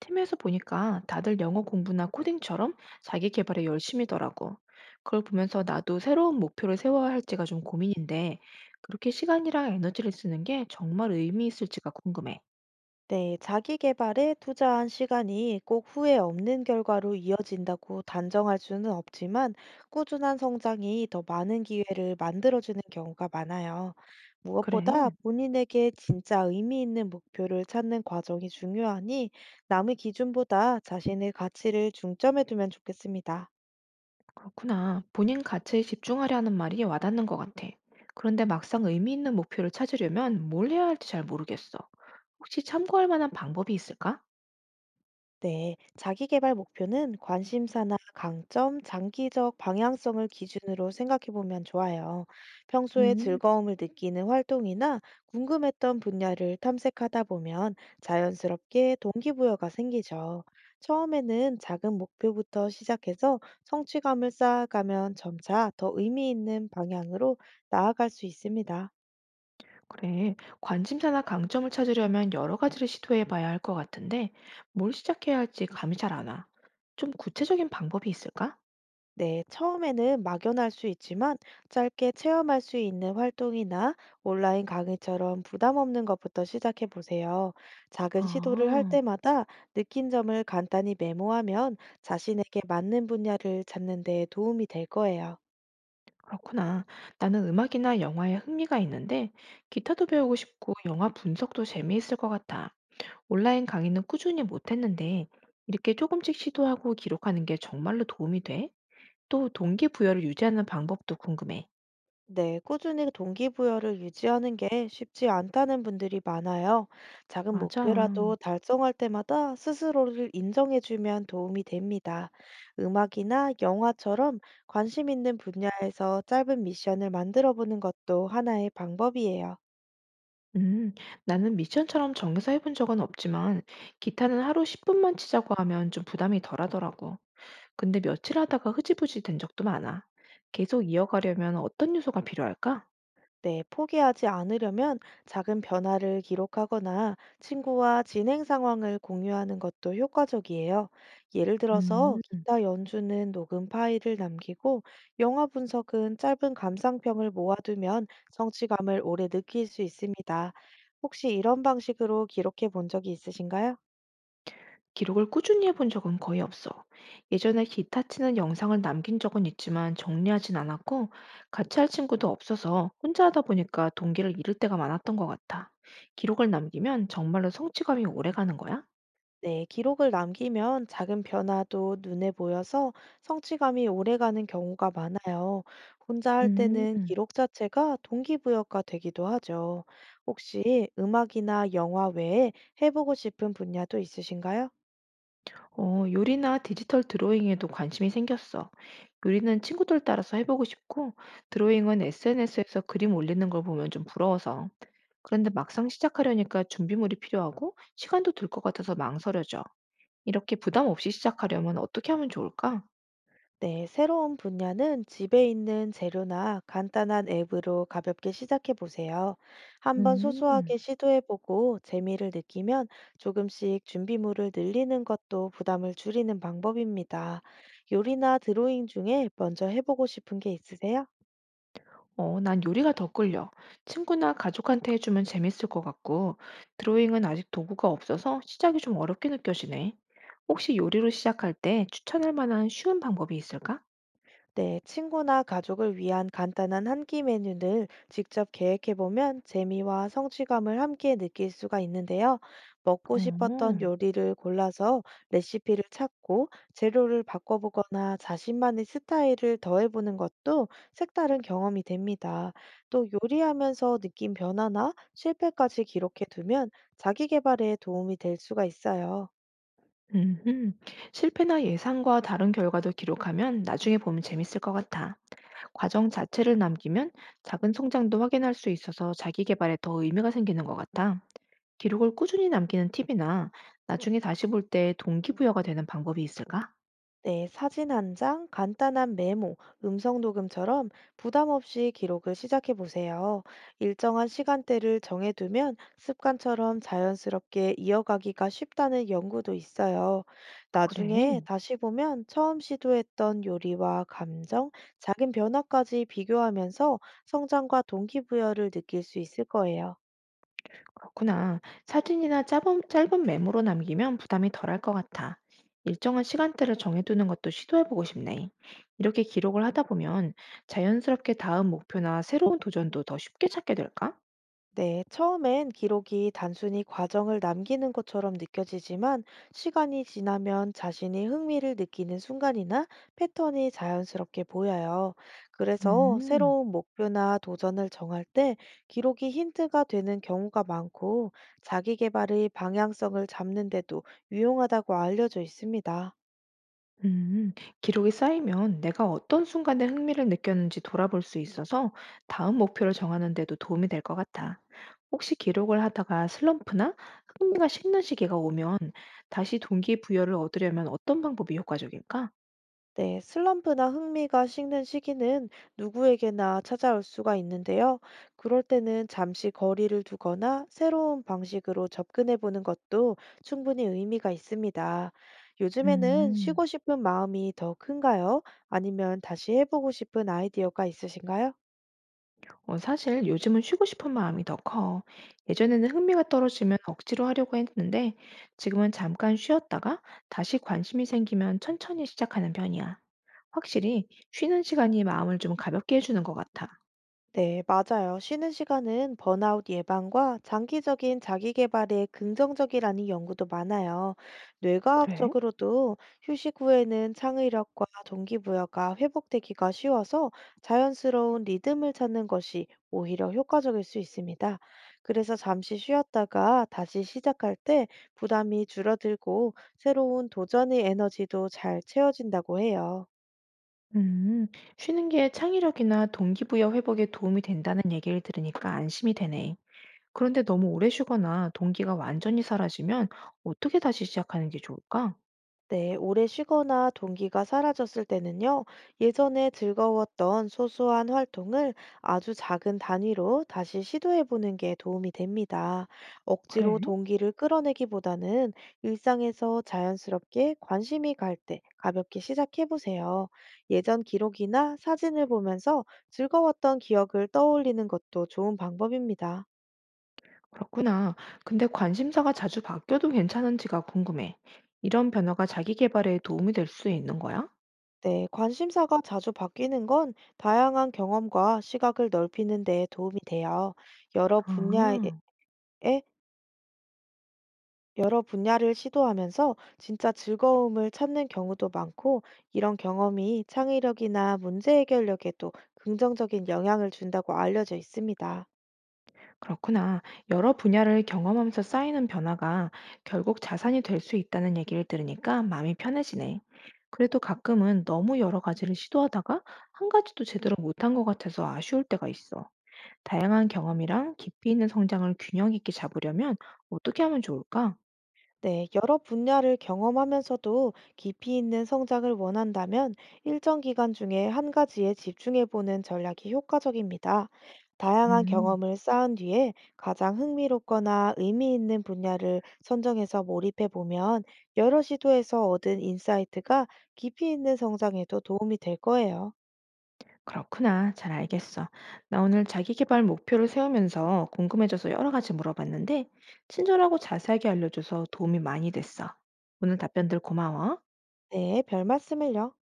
팀에서 보니까 다들 영어 공부나 코딩처럼 자기 개발에 열심이더라고. 그걸 보면서 나도 새로운 목표를 세워야 할지가 좀 고민인데, 그렇게 시간이랑 에너지를 쓰는 게 정말 의미 있을지가 궁금해. 네, 자기 개발에 투자한 시간이 꼭 후회 없는 결과로 이어진다고 단정할 수는 없지만 꾸준한 성장이 더 많은 기회를 만들어주는 경우가 많아요. 무엇보다 그래, 본인에게 진짜 의미 있는 목표를 찾는 과정이 중요하니 남의 기준보다 자신의 가치를 중점에 두면 좋겠습니다. 그렇구나. 본인 가치에 집중하려는 말이 와닿는 것 같아. 그런데 막상 의미 있는 목표를 찾으려면 뭘 해야 할지 잘 모르겠어. 혹시 참고할 만한 방법이 있을까? 네, 자기개발 목표는 관심사나 강점, 장기적 방향성을 기준으로 생각해 보면 좋아요. 평소에 음. 즐거움을 느끼는 활동이나 궁금했던 분야를 탐색하다 보면 자연스럽게 동기부여가 생기죠. 처음에는 작은 목표부터 시작해서 성취감을 쌓아가면 점차 더 의미 있는 방향으로 나아갈 수 있습니다. 그래, 관심사나 강점을 찾으려면 여러 가지를 시도해 봐야 할 것 같은데, 뭘 시작해야 할지 감이 잘 안 와. 좀 구체적인 방법이 있을까? 네, 처음에는 막연할 수 있지만 짧게 체험할 수 있는 활동이나 온라인 강의처럼 부담 없는 것부터 시작해 보세요. 작은 시도를 할 아, 때마다 느낀 점을 간단히 메모하면 자신에게 맞는 분야를 찾는 데 도움이 될 거예요. 그렇구나. 나는 음악이나 영화에 흥미가 있는데, 기타도 배우고 싶고, 영화 분석도 재미있을 것 같아. 온라인 강의는 꾸준히 못했는데, 이렇게 조금씩 시도하고 기록하는 게 정말로 도움이 돼? 또 동기부여를 유지하는 방법도 궁금해. 네, 꾸준히 동기부여를 유지하는 게 쉽지 않다는 분들이 많아요. 작은 맞아. 목표라도 달성할 때마다 스스로를 인정해주면 도움이 됩니다. 음악이나 영화처럼 관심 있는 분야에서 짧은 미션을 만들어 보는 것도 하나의 방법이에요. 음, 나는 미션처럼 정해서 해본 적은 없지만 기타는 하루 10분만 치자고 하면 좀 부담이 덜하더라고. 근데 며칠 하다가 흐지부지 된 적도 많아. 계속 이어가려면 어떤 요소가 필요할까? 네, 포기하지 않으려면 작은 변화를 기록하거나 친구와 진행 상황을 공유하는 것도 효과적이에요. 예를 들어서 음, 기타 연주는 녹음 파일을 남기고 영화 분석은 짧은 감상평을 모아두면 성취감을 오래 느낄 수 있습니다. 혹시 이런 방식으로 기록해 본 적이 있으신가요? 기록을 꾸준히 해본 적은 거의 없어. 예전에 기타 치는 영상을 남긴 적은 있지만 정리하진 않았고 같이 할 친구도 없어서 혼자 하다 보니까 동기를 잃을 때가 많았던 것 같아. 기록을 남기면 정말로 성취감이 오래 가는 거야? 네, 기록을 남기면 작은 변화도 눈에 보여서 성취감이 오래가는 경우가 많아요. 혼자 할 음. 때는 기록 자체가 동기부여가 되기도 하죠. 혹시 음악이나 영화 외에 해보고 싶은 분야도 있으신가요? 어, 요리나 디지털 드로잉에도 관심이 생겼어. 요리는 친구들 따라서 해보고 싶고, 드로잉은 SNS에서 그림 올리는 걸 보면 좀 부러워서. 그런데 막상 시작하려니까 준비물이 필요하고, 시간도 들 것 같아서 망설여져. 이렇게 부담 없이 시작하려면 어떻게 하면 좋을까? 네, 새로운 분야는 집에 있는 재료나 간단한 앱으로 가볍게 시작해 보세요. 한번 음, 소소하게 시도해 보고 재미를 느끼면 조금씩 준비물을 늘리는 것도 부담을 줄이는 방법입니다. 요리나 드로잉 중에 먼저 해보고 싶은 게 있으세요? 어, 난 요리가 더 끌려. 친구나 가족한테 해주면 재밌을 것 같고, 드로잉은 아직 도구가 없어서 시작이 좀 어렵게 느껴지네. 혹시 요리로 시작할 때 추천할 만한 쉬운 방법이 있을까? 네, 친구나 가족을 위한 간단한 한끼 메뉴를 직접 계획해보면 재미와 성취감을 함께 느낄 수가 있는데요. 먹고 싶었던 어. 요리를 골라서 레시피를 찾고 재료를 바꿔보거나 자신만의 스타일을 더해보는 것도 색다른 경험이 됩니다. 또 요리하면서 느낀 변화나 실패까지 기록해두면 자기 개발에 도움이 될 수가 있어요. 음흠. 실패나 예상과 다른 결과도 기록하면 나중에 보면 재밌을 것 같아. 과정 자체를 남기면 작은 성장도 확인할 수 있어서 자기 개발에 더 의미가 생기는 것 같아. 기록을 꾸준히 남기는 팁이나 나중에 다시 볼 때 동기부여가 되는 방법이 있을까? 네, 사진 한 장, 간단한 메모, 음성 녹음처럼 부담 없이 기록을 시작해 보세요. 일정한 시간대를 정해두면 습관처럼 자연스럽게 이어가기가 쉽다는 연구도 있어요. 나중에 그래. 다시 보면 처음 시도했던 요리와 감정, 작은 변화까지 비교하면서 성장과 동기부여를 느낄 수 있을 거예요. 그렇구나. 사진이나 짧은 메모로 남기면 부담이 덜할 것 같아. 일정한 시간대를 정해두는 것도 시도해보고 싶네. 이렇게 기록을 하다 보면 자연스럽게 다음 목표나 새로운 도전도 더 쉽게 찾게 될까? 네, 처음엔 기록이 단순히 과정을 남기는 것처럼 느껴지지만 시간이 지나면 자신이 흥미를 느끼는 순간이나 패턴이 자연스럽게 보여요. 그래서 음. 새로운 목표나 도전을 정할 때 기록이 힌트가 되는 경우가 많고 자기 개발의 방향성을 잡는 데도 유용하다고 알려져 있습니다. 음, 기록이 쌓이면 내가 어떤 순간에 흥미를 느꼈는지 돌아볼 수 있어서 다음 목표를 정하는 데도 도움이 될 것 같아. 혹시 기록을 하다가 슬럼프나 흥미가 식는 시기가 오면 다시 동기부여를 얻으려면 어떤 방법이 효과적일까? 네, 슬럼프나 흥미가 식는 시기는 누구에게나 찾아올 수가 있는데요. 그럴 때는 잠시 거리를 두거나 새로운 방식으로 접근해 보는 것도 충분히 의미가 있습니다. 요즘에는 음. 쉬고 싶은 마음이 더 큰가요? 아니면 다시 해보고 싶은 아이디어가 있으신가요? 어, 사실 요즘은 쉬고 싶은 마음이 더 커. 예전에는 흥미가 떨어지면 억지로 하려고 했는데 지금은 잠깐 쉬었다가 다시 관심이 생기면 천천히 시작하는 편이야. 확실히 쉬는 시간이 마음을 좀 가볍게 해주는 것 같아. 네, 맞아요. 쉬는 시간은 번아웃 예방과 장기적인 자기 개발에 긍정적이라는 연구도 많아요. 그래? 뇌과학적으로도 휴식 후에는 창의력과 동기부여가 회복되기가 쉬워서 자연스러운 리듬을 찾는 것이 오히려 효과적일 수 있습니다. 그래서 잠시 쉬었다가 다시 시작할 때 부담이 줄어들고 새로운 도전의 에너지도 잘 채워진다고 해요. 음, 쉬는 게 창의력이나 동기부여 회복에 도움이 된다는 얘기를 들으니까 안심이 되네. 그런데 너무 오래 쉬거나 동기가 완전히 사라지면 어떻게 다시 시작하는 게 좋을까? 네, 오래 쉬거나 동기가 사라졌을 때는요, 예전에 즐거웠던 소소한 활동을 아주 작은 단위로 다시 시도해 보는 게 도움이 됩니다. 그래. 억지로 동기를 끌어내기보다는 일상에서 자연스럽게 관심이 갈 때 가볍게 시작해 보세요. 예전 기록이나 사진을 보면서 즐거웠던 기억을 떠올리는 것도 좋은 방법입니다. 그렇구나. 근데 관심사가 자주 바뀌어도 괜찮은지가 궁금해. 이런 변화가 자기 개발에 도움이 될 수 있는 거야? 네, 관심사가 자주 바뀌는 건 다양한 경험과 시각을 넓히는 데 도움이 돼요. 여러 분야에, 아, 여러 분야를 시도하면서 진짜 즐거움을 찾는 경우도 많고, 이런 경험이 창의력이나 문제 해결력에도 긍정적인 영향을 준다고 알려져 있습니다. 그렇구나. 여러 분야를 경험하면서 쌓이는 변화가 결국 자산이 될 수 있다는 얘기를 들으니까 마음이 편해지네. 그래도 가끔은 너무 여러 가지를 시도하다가 한 가지도 제대로 못한 것 같아서 아쉬울 때가 있어. 다양한 경험이랑 깊이 있는 성장을 균형 있게 잡으려면 어떻게 하면 좋을까? 네, 여러 분야를 경험하면서도 깊이 있는 성장을 원한다면 일정 기간 중에 한 가지에 집중해 보는 전략이 효과적입니다. 다양한 음. 경험을 쌓은 뒤에 가장 흥미롭거나 의미 있는 분야를 선정해서 몰입해 보면 여러 시도에서 얻은 인사이트가 깊이 있는 성장에도 도움이 될 거예요. 그렇구나. 잘 알겠어. 나 오늘 자기 개발 목표를 세우면서 궁금해져서 여러 가지 물어봤는데, 친절하고 자세하게 알려줘서 도움이 많이 됐어. 오늘 답변들 고마워. 네, 별 말씀을요.